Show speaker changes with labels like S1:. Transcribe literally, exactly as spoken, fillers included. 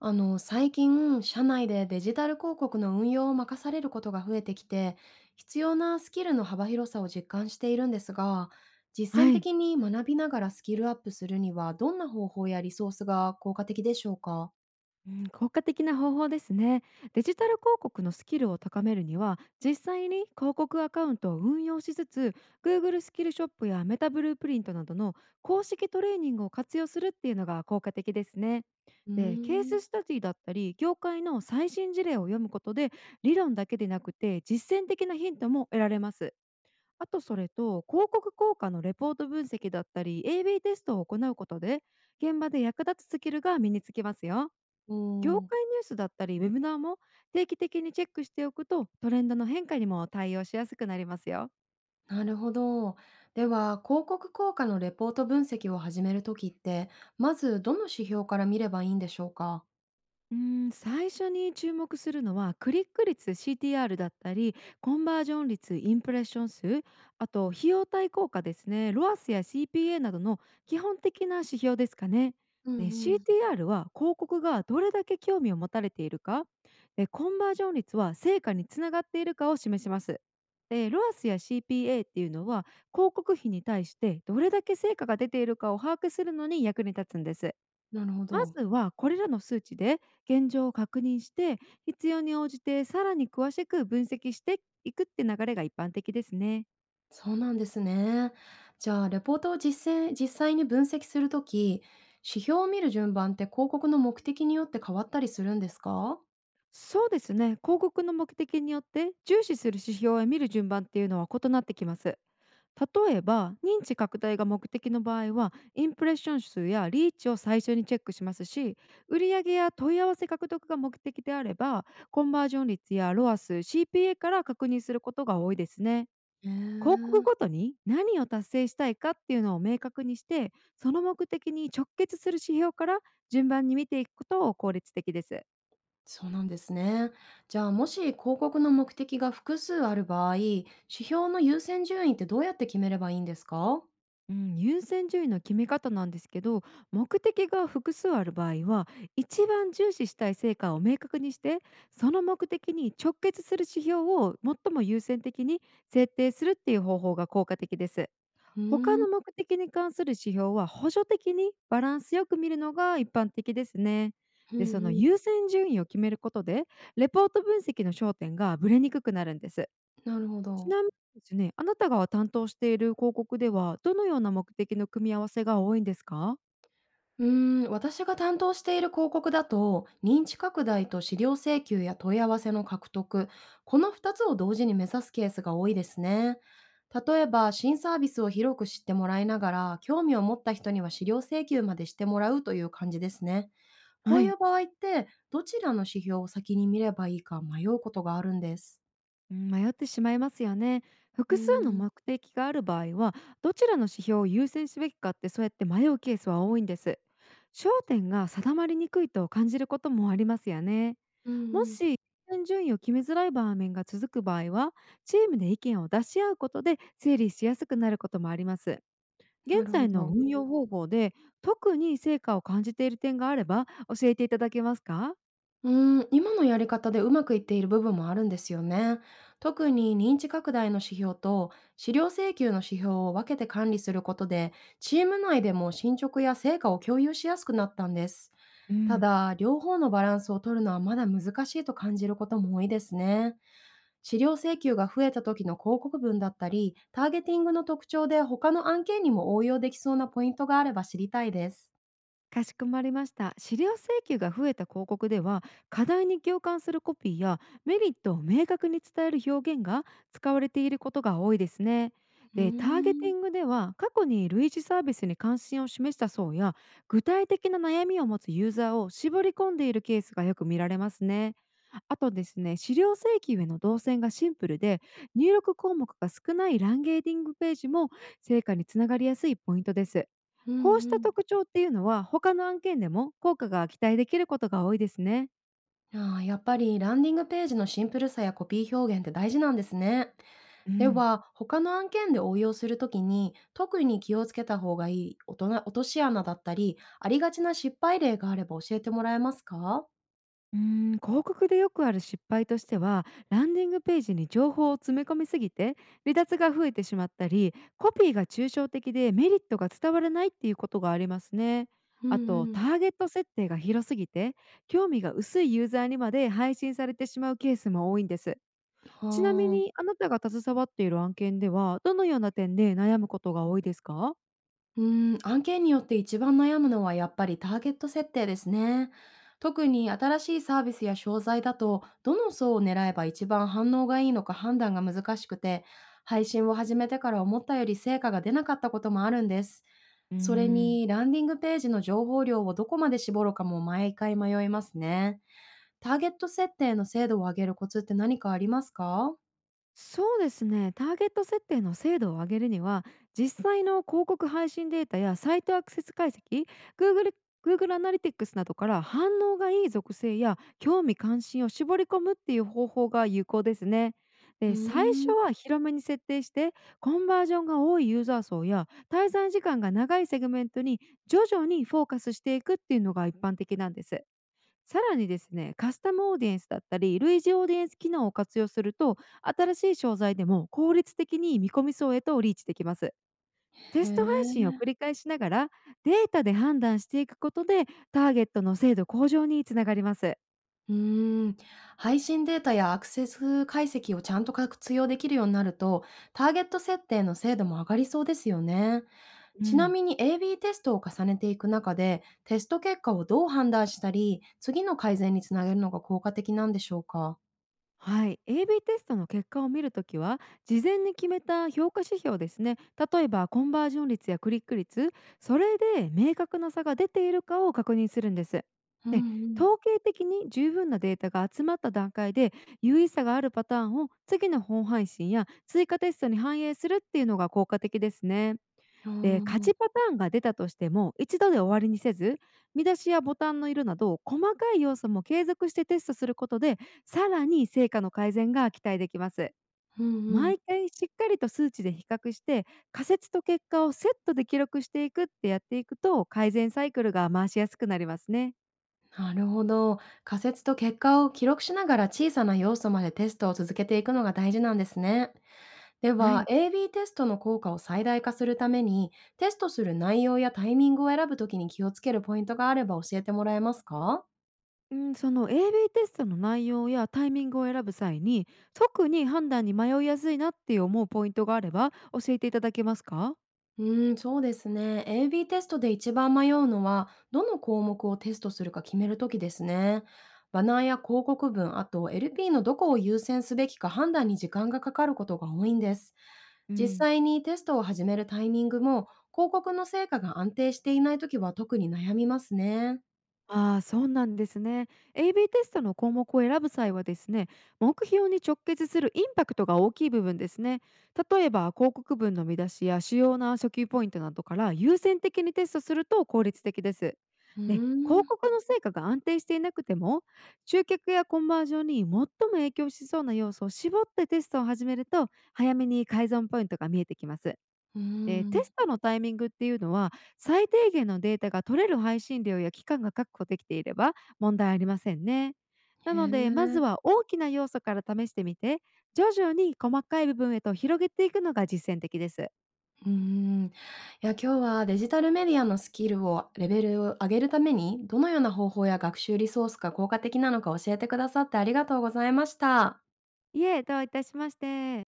S1: あの、最近、社内でデジタル広告の運用を任されることが増えてきて、必要なスキルの幅広さを実感しているんですが、実
S2: は
S1: 践
S2: い、
S1: 的に学びながらスキルアップするには、どんな方法やリソースが効果的でしょうか？
S2: うん、効果的な方法ですね。デジタル広告のスキルを高めるには、実際に広告アカウントを運用しつつ、Google スキルショップやメタブループリントなどの公式トレーニングを活用するっていうのが効果的ですね。
S1: うー
S2: で、ケー
S1: ん、
S2: ススタディだったり、業界の最新事例を読むことで、理論だけでなくて実践的なヒントも得られます。あとそれと広告効果のレポート分析だったり エービー テストを行うことで現場で役立つスキルが身につきますよ。
S1: お
S2: 業
S1: ー、
S2: 界ニュースだったりウェブナーも定期的にチェックしておくとトレンドの変化にも対応しやすくなりますよ。
S1: なるほど。では、広告効果のレポート分析を始めるときって、まずどの指標から見ればいいんでしょうか？
S2: うーん、最初に注目するのはクリック率 シーティーアール だったりコンバージョン率インプレッション数あと費用対効果ですねロアスや シーピーエー などの基本的な指標ですかね。
S1: うんう
S2: ね、
S1: ん、
S2: シーティーアール は広告がどれだけ興味を持たれているか。でコンバージョン率は成果につながっているかを示します。でロアスや シーピーエー っていうのは広告費に対してどれだけ成果が出ているかを把握するのに役に立つんです。
S1: なるほ
S2: ま
S1: ど。
S2: ずはこれらの数値で現状を確認して必要に応じてさらに詳しく分析していくって流れが一般的ですね。
S1: そうなんですね。じゃあ、レポートを実践実際に分析するとき、指標を見る順番って広告の目的によって変わったりするんですか？
S2: そうですね広告の目的によって重視する指標を見る順番っていうのは異なってきます。例えば認知拡大が目的の場合はインプレッション数やリーチを最初にチェックしますし売上や問い合わせ獲得が目的であればコンバージョン率やロアス シーピーエー から確認することが多いですね。
S1: へえ、
S2: 広告ごとに何を達成したいかっていうのを明確にして、その目的に直結する指標から順番に見ていくことを効率的です。
S1: そうなんですね。じゃあ、もし広告の目的が複数ある場合、指標の優先順位ってどうやって決めればいいんですか？
S2: うん、優先順位の決め方なんですけど目的が複数ある場合は一番重視したい成果を明確にしてその目的に直結する指標を最も優先的に設定するっていう方法が効果的です。
S1: うー
S2: 他
S1: ん、
S2: の目的に関する指標は補助的にバランスよく見るのが一般的ですね。
S1: う
S2: で、そ
S1: ん
S2: の
S1: うん、
S2: 優先順位を決めることで、レポート分析の焦点がぶれにくくなるんです。
S1: なるほ
S2: ち
S1: ど。
S2: なみにですね、あなたが担当している広告では、どのような目的の組み合わせが多いんですか？
S1: うーん、私が担当している広告だと、認知拡大と資料請求や問い合わせの獲得、このふたつを同時に目指すケースが多いですね。例えば、新サービスを広く知ってもらいながら、興味を持った人には資料請求までしてもらうという感じですね。こ
S2: は
S1: うい
S2: い、
S1: う場合って、どちらの指標を先に見ればいいか迷うことがあるんです。
S2: うん、迷ってしまいますよね。
S1: うー
S2: 複数の
S1: ん、
S2: 目的がある場合は、どちらの指標を優先すべきかってそうやって迷うケースは多いんです。焦点が定まりにくいと感じることもありますよね。
S1: うん
S2: も
S1: うん、
S2: し優先順位を決めづらい場面が続く場合は、チームで意見を出し合うことで整理しやすくなることもあります。
S1: な
S2: 現
S1: るほ
S2: 在の
S1: ど。
S2: 運用方法で特に成果を感じている点があれば教えていただけますか？
S1: うーん、今のやり方でうまくいっている部分もあるんですよね。特に認知拡大の指標と資料請求の指標を分けて管理することで、チーム内でも進捗や成果を共有しやすくなったんです。
S2: う
S1: た
S2: ん、
S1: だ、両方のバランスを取るのはまだ難しいと感じることも多いですね。資料請求が増えた時の広告文だったり、ターゲティングの特徴で他の案件にも応用できそうなポイントがあれば知りたいです。
S2: かしこまりました。資料請求が増えた広告では、課題に共感するコピーやメリットを明確に伝える表現が使われていることが多いですね。
S1: うー
S2: で、ターゲテ
S1: ん、
S2: ィングでは過去に類似サービスに関心を示した層や具体的な悩みを持つユーザーを絞り込んでいるケースがよく見られますね。あとですね、資料請求への動線がシンプルで、入力項目が少ないランゲーディングページも成果につながりやすいポイントです。
S1: うん
S2: こうし
S1: う
S2: た
S1: ん。
S2: 特徴っていうのは、他の案件でも効果が期待できることが多いですね。
S1: ああ、やっぱりランディングページのシンプルさやコピー表現って大事なんですね。
S2: う
S1: で
S2: ん。
S1: は、他の案件で応用するときに、特に気をつけた方がいい大人落とし穴だったり、ありがちな失敗例があれば教えてもらえますか？
S2: うーん広告でよくある失敗としてはランディングページに情報を詰め込みすぎて離脱が増えてしまったりコピーが抽象的でメリットが伝わらないっていうことがありますね。
S1: う
S2: あ
S1: ん
S2: と
S1: う
S2: タ
S1: ん。
S2: ーゲット設定が広すぎて興味が薄いユーザーにまで配信されてしまうケースも多いんです。ちなみ
S1: は
S2: に
S1: あ。
S2: あなたが携わっている案件ではどのような点で悩むことが多いですか？
S1: うーん、案件によって一番悩むのはやっぱりターゲット設定ですね。特に新しいサービスや商材だと、どの層を狙えば一番反応がいいのか判断が難しくて、配信を始めてから思ったより成果が出なかったこともあるんです。
S2: うー
S1: それ
S2: ん
S1: に、ランディングページの情報量をどこまで絞るかも毎回迷いますね。ターゲット設定の精度を上げるコツって何かありますか？
S2: そうですね。ターゲット設定の精度を上げるには、実際の広告配信データやサイトアクセス解析、Google, Google アナリティクスなどから反応がいい属性や興味関心を絞り込むっていう方法が有効ですね。
S1: うー
S2: で最初
S1: ん。
S2: は広めに設定してコンバージョンが多いユーザー層や滞在時間が長いセグメントに徐々にフォーカスしていくっていうのが一般的なんです。さらにですね、カスタムオーディエンスだったり、類似オーディエンス機能を活用すると、新しい商材でも効率的に見込み層へとリーチできます。テ
S1: へ
S2: スト配信
S1: え。
S2: を繰り返しながら、データで判断していくことで、ターゲットの精度向上につながります。
S1: うーん、配信データやアクセス解析をちゃんと活用できるようになると、ターゲット設定の精度も上がりそうですよね。
S2: う
S1: ちな
S2: ん、
S1: みに エービー テストを重ねていく中で、テスト結果をどう判断したり、次の改善につなげるのが効果的なんでしょうか？
S2: はい、エービー テストの結果を見るときは事前に決めた評価指標ですね。例えばコンバージョン率やクリック率。それで明確な差が出ているかを確認するんです。
S1: う
S2: で
S1: んうん。
S2: 統計的に十分なデータが集まった段階で有意差があるパターンを次の本配信や追加テストに反映するっていうのが効果的ですね。
S1: あ
S2: で、勝
S1: ー、
S2: ちパターンが出たとしても、一度で終わりにせず、見出しやボタンの色など、細かい要素も継続してテストすることで、さらに成果の改善が期待できます。
S1: うんうん。
S2: 毎回しっかりと数値で比較して、仮説と結果をセットで記録していくってやっていくと、改善サイクルが回しやすくなりますね。
S1: なるほど。仮説と結果を記録しながら小さな要素までテストを続けていくのが大事なんですね。で
S2: は
S1: は、
S2: い。
S1: エービー テストの効果を最大化するために、テストする内容やタイミングを選ぶときに気をつけるポイントがあれば教えてもらえますか？
S2: うん、その エービー テストの内容やタイミングを選ぶ際に、特に判断に迷いやすいなって思うポイントがあれば教えていただけますか？
S1: うーん、そうですね。エービー テストで一番迷うのは、どの項目をテストするか決めるときですね。バナーや広告文、あと エルピー のどこを優先すべきか判断に時間がかかることが多いんです。
S2: う
S1: 実
S2: ん、
S1: 際にテストを始めるタイミングも、広告の成果が安定していないときは特に悩みますね。
S2: ああ、そうなんですね。エービー テストの項目を選ぶ際はですね、目標に直結するインパクトが大きい部分ですね。例えば広告文の見出しや主要な初級ポイントなどから優先的にテストすると効率的です。
S1: うー
S2: ね、広
S1: ん、
S2: 告の成果が安定していなくても、集客やコンバージョンに最も影響しそうな要素を絞ってテストを始めると、早めに改善ポイントが見えてきます。
S1: うー
S2: で、テ
S1: ん。
S2: ストのタイミングっていうのは、最低限のデータが取れる配信量や期間が確保できていれば問題ありませんね。な
S1: へ
S2: ので、まず
S1: え、
S2: は大きな要素から試してみて、徐々に細かい部分へと広げていくのが実践的です。
S1: うんん。いや、今日はデジタルメディアのスキルをレベルを上げるために、どのような方法や学習リソースが効果的なのか教えてくださってありがとうございました。
S2: いえ、どういたしまして。